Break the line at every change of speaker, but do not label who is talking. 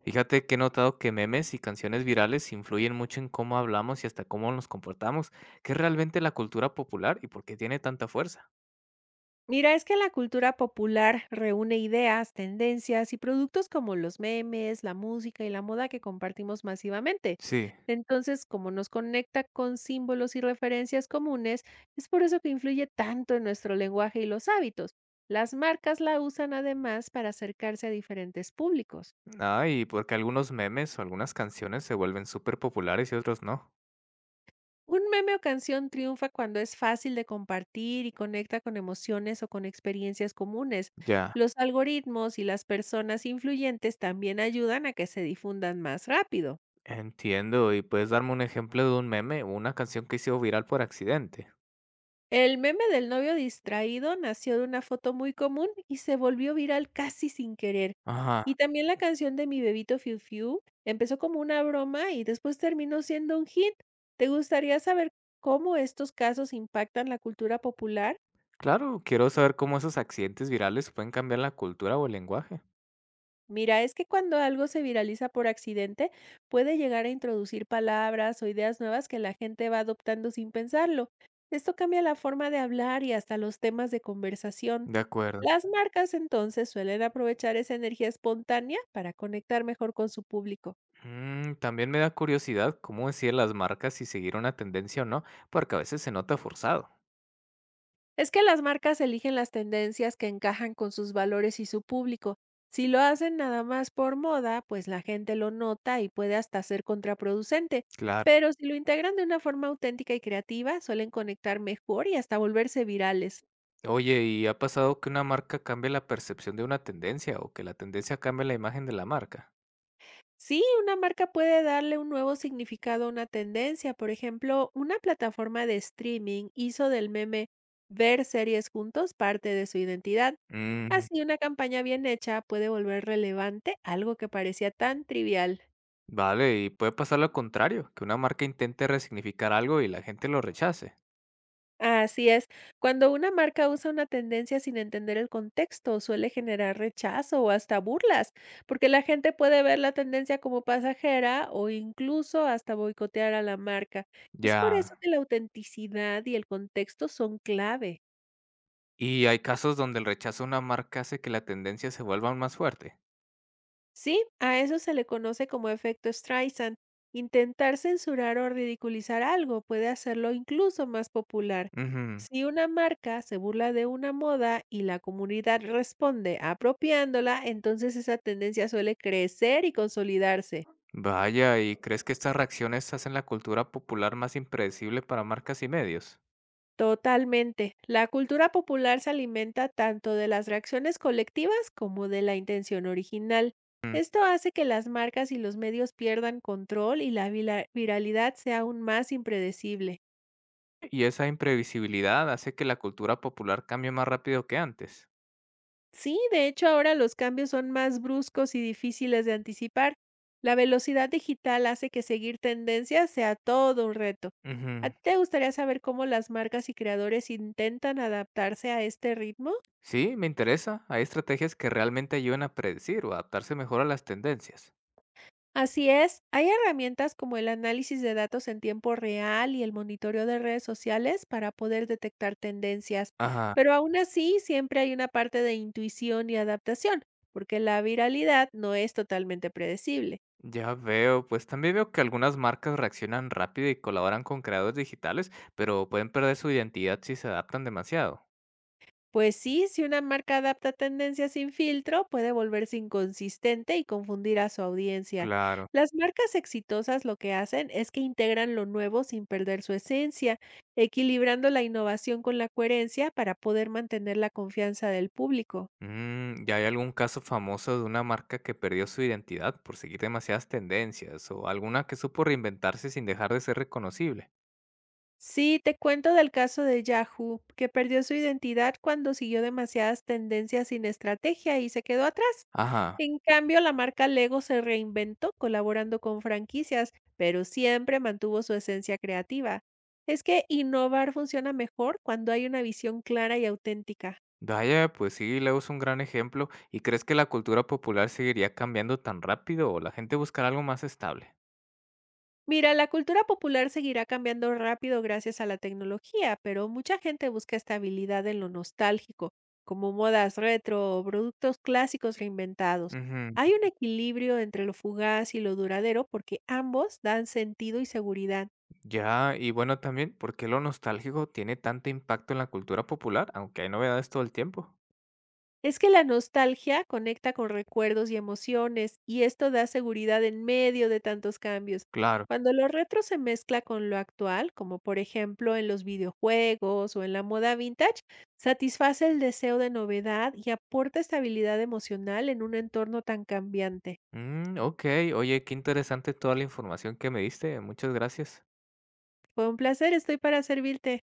Fíjate que he notado que memes y canciones virales influyen mucho en cómo hablamos y hasta cómo nos comportamos. ¿Qué es realmente la cultura popular y por qué tiene tanta fuerza?
Mira, es que la cultura popular reúne ideas, tendencias y productos como los memes, la música y la moda que compartimos masivamente.
Sí.
Entonces, como nos conecta con símbolos y referencias comunes, es por eso que influye tanto en nuestro lenguaje y los hábitos. Las marcas la usan además para acercarse a diferentes públicos.
Ah, y porque algunos memes o algunas canciones se vuelven súper populares y otros no.
Un meme o canción triunfa cuando es fácil de compartir y conecta con emociones o con experiencias comunes.
Ya,
Los algoritmos y las personas influyentes también ayudan a que se difundan más rápido.
entiendo. ¿Y puedes darme un ejemplo de un meme o una canción que hizo viral por accidente?
El meme del novio distraído nació de una foto muy común y se volvió viral casi sin querer.
Ajá.
Y también la canción de Mi Bebito Fiu Fiu empezó como una broma y después terminó siendo un hit. ¿Te gustaría saber cómo estos casos impactan la cultura popular?
Claro, quiero saber cómo esos accidentes virales pueden cambiar la cultura o el lenguaje.
Mira, es que cuando algo se viraliza por accidente, puede llegar a introducir palabras o ideas nuevas que la gente va adoptando sin pensarlo. Esto cambia la forma de hablar y hasta los temas de conversación.
De acuerdo.
Las marcas entonces suelen aprovechar esa energía espontánea para conectar mejor con su público.
Mm, también me da curiosidad cómo decían las marcas si seguir una tendencia o no, porque a veces se nota forzado.
Es que las marcas eligen las tendencias que encajan con sus valores y su público. Si lo hacen nada más por moda, pues la gente lo nota y puede hasta ser contraproducente.
Claro.
Pero si lo integran de una forma auténtica y creativa, suelen conectar mejor y hasta volverse virales.
Oye, ¿y ha pasado que una marca cambie la percepción de una tendencia o que la tendencia cambie la imagen de la marca?
Sí, una marca puede darle un nuevo significado a una tendencia. Por ejemplo, una plataforma de streaming hizo del meme ver series juntos parte de su identidad.
Mm,
Así, una campaña bien hecha puede volver relevante algo que parecía tan trivial.
vale, y puede pasar lo contrario, que una marca intente resignificar algo y la gente lo rechace.
Así es. Cuando una marca usa una tendencia sin entender el contexto, suele generar rechazo o hasta burlas, porque la gente puede ver la tendencia como pasajera o incluso hasta boicotear a la marca. Es por
Ya.
eso que la autenticidad y el contexto son clave.
Y hay casos donde el rechazo a una marca hace que la tendencia se vuelva aún más fuerte.
Sí, a eso se le conoce como efecto Streisand. Intentar censurar o ridiculizar algo puede hacerlo incluso más popular.
Ujú.
Si una marca se burla de una moda y la comunidad responde apropiándola, entonces esa tendencia suele crecer y consolidarse.
Vaya, ¿y crees que estas reacciones hacen la cultura popular más impredecible para marcas y medios?
Totalmente. La cultura popular se alimenta tanto de las reacciones colectivas como de la intención original.
Mm,
Esto hace que las marcas y los medios pierdan control y la viralidad sea aún más impredecible.
y esa imprevisibilidad hace que la cultura popular cambie más rápido que antes.
Sí, de hecho ahora los cambios son más bruscos y difíciles de anticipar. La velocidad digital hace que seguir tendencias sea todo un reto. ¿A
Ujú.
ti te gustaría saber cómo las marcas y creadores intentan adaptarse a este ritmo?
Sí, me interesa. Hay estrategias que realmente ayudan a predecir o adaptarse mejor a las tendencias.
Así es, hay herramientas como el análisis de datos en tiempo real y el monitoreo de redes sociales para poder detectar tendencias,
Ajá,
pero aún así siempre hay una parte de intuición y adaptación, porque la viralidad no es totalmente predecible.
ya veo. Pues también veo que algunas marcas reaccionan rápido y colaboran con creadores digitales, pero pueden perder su identidad si se adaptan demasiado.
Pues sí, si una marca adapta tendencias sin filtro, puede volverse inconsistente y confundir a su audiencia.
Claro.
Las marcas exitosas lo que hacen es que integran lo nuevo sin perder su esencia, equilibrando la innovación con la coherencia para poder mantener la confianza del público.
Mm, ¿ya hay algún caso famoso de una marca que perdió su identidad por seguir demasiadas tendencias o alguna que supo reinventarse sin dejar de ser reconocible?
Sí, te cuento del caso de Yahoo, que perdió su identidad cuando siguió demasiadas tendencias sin estrategia y se quedó atrás.
Ajá.
En cambio, la marca Lego se reinventó colaborando con franquicias, pero siempre mantuvo su esencia creativa. Es que innovar funciona mejor cuando hay una visión clara y auténtica.
Vaya, pues sí, Leo es un gran ejemplo. ¿Y crees que la cultura popular seguiría cambiando tan rápido o la gente buscará algo más estable?
Mira, la cultura popular seguirá cambiando rápido gracias a la tecnología, pero mucha gente busca estabilidad en lo nostálgico, como modas retro o productos clásicos reinventados.
Ujú.
Hay un equilibrio entre lo fugaz y lo duradero porque ambos dan sentido y seguridad.
Ya, y bueno, también, ¿por qué lo nostálgico tiene tanto impacto en la cultura popular, aunque hay novedades todo el tiempo?
Es que la nostalgia conecta con recuerdos y emociones, y esto da seguridad en medio de tantos cambios.
Claro.
Cuando lo retro se mezcla con lo actual, como por ejemplo en los videojuegos o en la moda vintage, satisface el deseo de novedad y aporta estabilidad emocional en un entorno tan cambiante.
Mm, ok, oye, qué interesante toda la información que me diste. Muchas gracias.
Fue un placer, estoy para servirte.